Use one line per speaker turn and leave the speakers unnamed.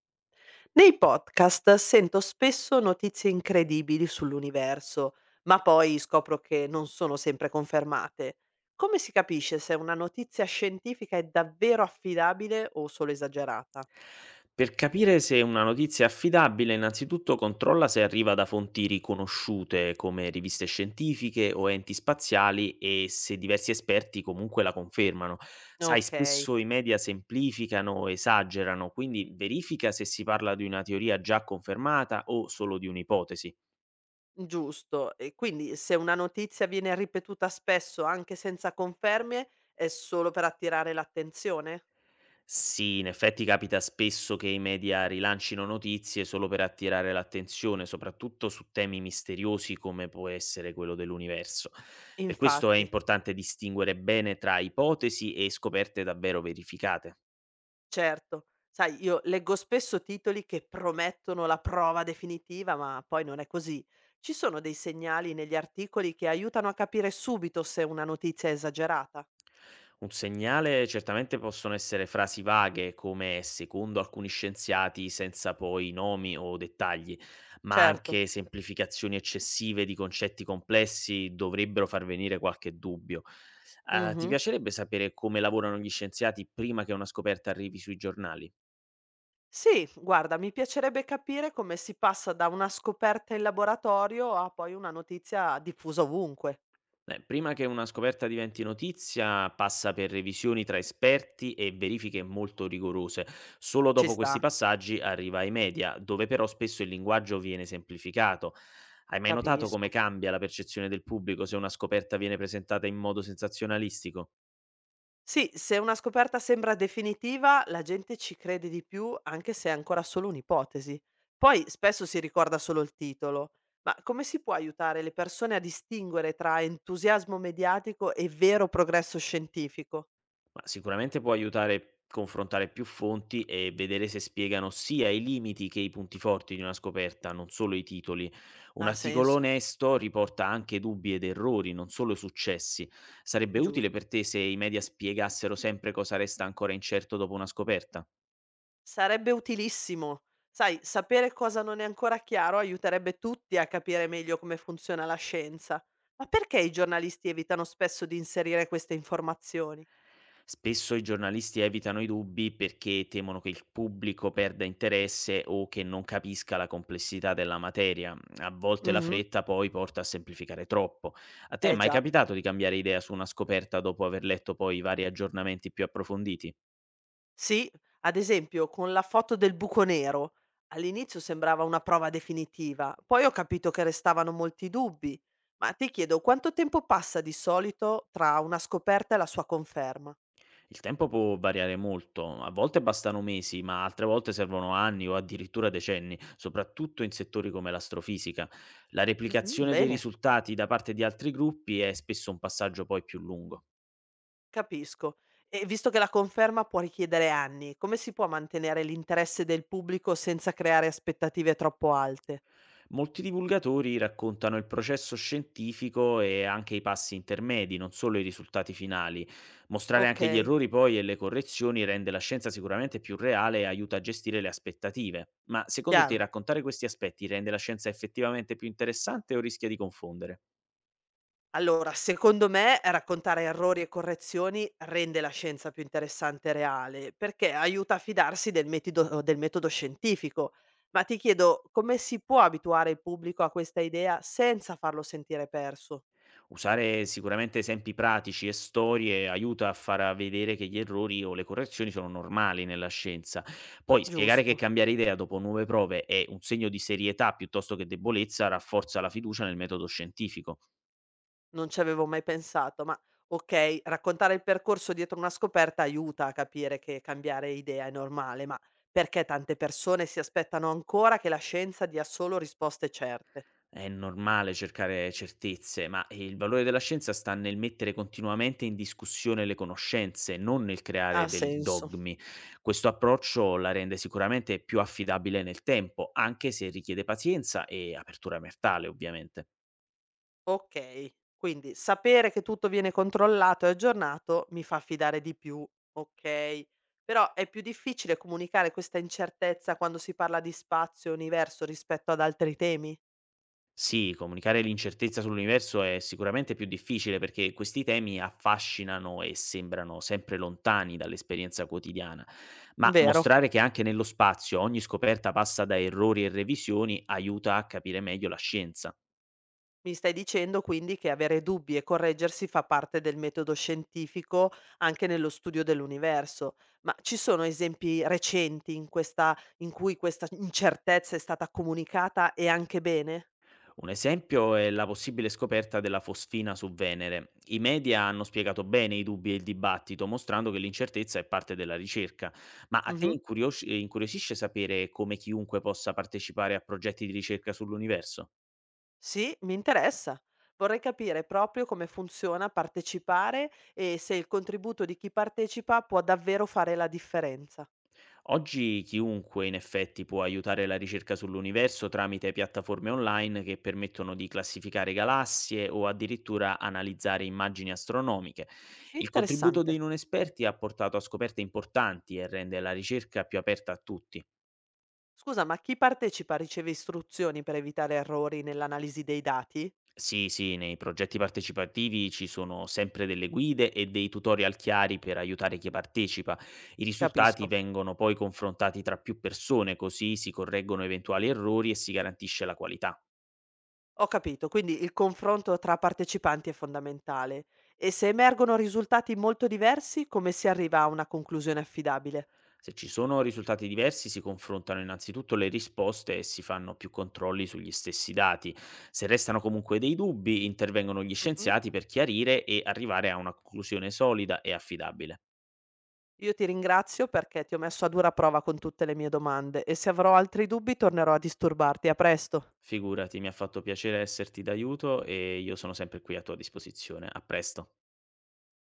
Nei podcast sento spesso notizie incredibili sull'universo, ma poi scopro che non sono sempre confermate. Come si capisce se una notizia scientifica è davvero affidabile o solo esagerata?
Per capire se una notizia è affidabile, innanzitutto controlla se arriva da fonti riconosciute come riviste scientifiche o enti spaziali e se diversi esperti comunque la confermano. Sai,
Ok,
spesso i media semplificano o esagerano, quindi verifica se si parla di una teoria già confermata o solo di un'ipotesi.
giusto. E quindi se una notizia viene ripetuta spesso anche senza conferme, è solo per attirare l'attenzione?
Sì, in effetti capita spesso che i media rilancino notizie solo per attirare l'attenzione, soprattutto su temi misteriosi come può essere quello dell'universo. Per questo è
Infatti.
importante distinguere bene tra ipotesi e scoperte davvero verificate.
Certo. Sai, io leggo spesso titoli che promettono la prova definitiva, ma poi non è così. Ci sono dei segnali negli articoli che aiutano a capire subito se una notizia è esagerata?
Un segnale certamente possono essere frasi vaghe come secondo alcuni scienziati senza poi nomi o dettagli, ma
Certo.
anche semplificazioni eccessive di concetti complessi dovrebbero far venire qualche dubbio. Ah, ti
Mhm.
piacerebbe sapere come lavorano gli scienziati prima che una scoperta arrivi sui giornali?
Sì, guarda, mi piacerebbe capire come si passa da una scoperta in laboratorio a poi una notizia diffusa ovunque.
Beh, prima che una scoperta diventi notizia, passa per revisioni tra esperti e verifiche molto rigorose. Solo
Ci
dopo
sta,
questi passaggi arriva ai media, dove però spesso il linguaggio viene semplificato. Hai mai notato come
capisco.
cambia la percezione del pubblico se una scoperta viene presentata in modo sensazionalistico?
Sì, se una scoperta sembra definitiva, la gente ci crede di più anche se è ancora solo un'ipotesi. Poi spesso si ricorda solo il titolo. Ma come si può aiutare le persone a distinguere tra entusiasmo mediatico e vero progresso scientifico?
Ma sicuramente può aiutare a confrontare più fonti e vedere se spiegano sia i limiti che i punti forti di una scoperta, non solo i titoli. Un
Ha
articolo
senso,
onesto riporta anche dubbi ed errori, non solo successi. Sarebbe utile
giusto.
per te se i media spiegassero sempre cosa resta ancora incerto dopo una scoperta?
Sarebbe utilissimo. Sai, sapere cosa non è ancora chiaro aiuterebbe tutti a capire meglio come funziona la scienza. Ma perché i giornalisti evitano spesso di inserire queste informazioni?
Spesso i giornalisti evitano i dubbi perché temono che il pubblico perda interesse o che non capisca la complessità della materia. A volte la
Mhm.
fretta poi porta a semplificare troppo. A te è
Eh
mai
già.
capitato di cambiare idea su una scoperta dopo aver letto poi i vari aggiornamenti più approfonditi?
Sì, ad esempio con la foto del buco nero. All'inizio sembrava una prova definitiva, poi ho capito che restavano molti dubbi. Ma ti chiedo, quanto tempo passa di solito tra una scoperta e la sua conferma?
Il tempo può variare molto, a volte bastano mesi, ma altre volte servono anni o addirittura decenni, soprattutto in settori come l'astrofisica. La
Mm,
replicazione dei
bene,
risultati da parte di altri gruppi è spesso un passaggio poi più lungo.
capisco. E visto che la conferma può richiedere anni, come si può mantenere l'interesse del pubblico senza creare aspettative troppo alte?
Molti divulgatori raccontano il processo scientifico e anche i passi intermedi, non solo i risultati finali. Mostrare anche gli
Ok,
errori poi e le correzioni rende la scienza sicuramente più reale e aiuta a gestire le aspettative. Ma secondo te
chiaro.
raccontare questi aspetti rende la scienza effettivamente più interessante o rischia di confondere?
Allora, secondo me raccontare errori e correzioni rende la scienza più interessante e reale, perché aiuta a fidarsi del metodo scientifico. Ma ti chiedo, come si può abituare il pubblico a questa idea senza farlo sentire perso?
Usare sicuramente esempi pratici e storie aiuta a far vedere che gli errori o le correzioni sono normali nella scienza. Poi spiegare che
Giusto,
cambiare idea dopo nuove prove è un segno di serietà piuttosto che debolezza rafforza la fiducia nel metodo scientifico.
non ci avevo mai pensato, ma ok, raccontare il percorso dietro una scoperta aiuta a capire che cambiare idea è normale, ma perché tante persone si aspettano ancora che la scienza dia solo risposte certe?
È normale cercare certezze, ma il valore della scienza sta nel mettere continuamente in discussione le conoscenze, non nel
Ha
creare dei
senso.
dogmi. Questo approccio la rende sicuramente più affidabile nel tempo, anche se richiede pazienza e apertura mentale, ovviamente.
Okay, quindi sapere che tutto viene controllato e aggiornato mi fa fidare di più, okay. Però è più difficile comunicare questa incertezza quando si parla di spazio e universo rispetto ad altri temi?
Sì, comunicare l'incertezza sull'universo è sicuramente più difficile perché questi temi affascinano e sembrano sempre lontani dall'esperienza quotidiana, ma
Vero.
mostrare che anche nello spazio ogni scoperta passa da errori e revisioni aiuta a capire meglio la scienza.
Mi stai dicendo quindi che avere dubbi e correggersi fa parte del metodo scientifico anche nello studio dell'universo. Ma ci sono esempi recenti in cui questa incertezza è stata comunicata e anche bene?
Un esempio è la possibile scoperta della fosfina su Venere. I media hanno spiegato bene i dubbi e il dibattito, mostrando che l'incertezza è parte della ricerca. Ma a te
Mh-mh.
incuriosisce sapere come chiunque possa partecipare a progetti di ricerca sull'universo?
Sì, mi interessa. Vorrei capire proprio come funziona partecipare e se il contributo di chi partecipa può davvero fare la differenza.
Oggi chiunque in effetti può aiutare la ricerca sull'universo tramite piattaforme online che permettono di classificare galassie o addirittura analizzare immagini astronomiche. Il contributo dei
Interessante.
non esperti ha portato a scoperte importanti e rende la ricerca più aperta a tutti.
Scusa, ma chi partecipa riceve istruzioni per evitare errori nell'analisi dei dati?
Sì, sì, nei progetti partecipativi ci sono sempre delle guide e dei tutorial chiari per aiutare chi partecipa. I risultati
Capisco.
vengono poi confrontati tra più persone, così si correggono eventuali errori e si garantisce la qualità.
Ho capito, quindi il confronto tra partecipanti è fondamentale. E se emergono risultati molto diversi, come si arriva a una conclusione affidabile?
Se ci sono risultati diversi, si confrontano innanzitutto le risposte e si fanno più controlli sugli stessi dati. Se restano comunque dei dubbi, intervengono gli scienziati per chiarire e arrivare a una conclusione solida e affidabile.
Io ti ringrazio perché ti ho messo a dura prova con tutte le mie domande e se avrò altri dubbi tornerò a disturbarti. A presto.
Figurati, mi ha fatto piacere esserti d'aiuto e io sono sempre qui a tua disposizione. A presto.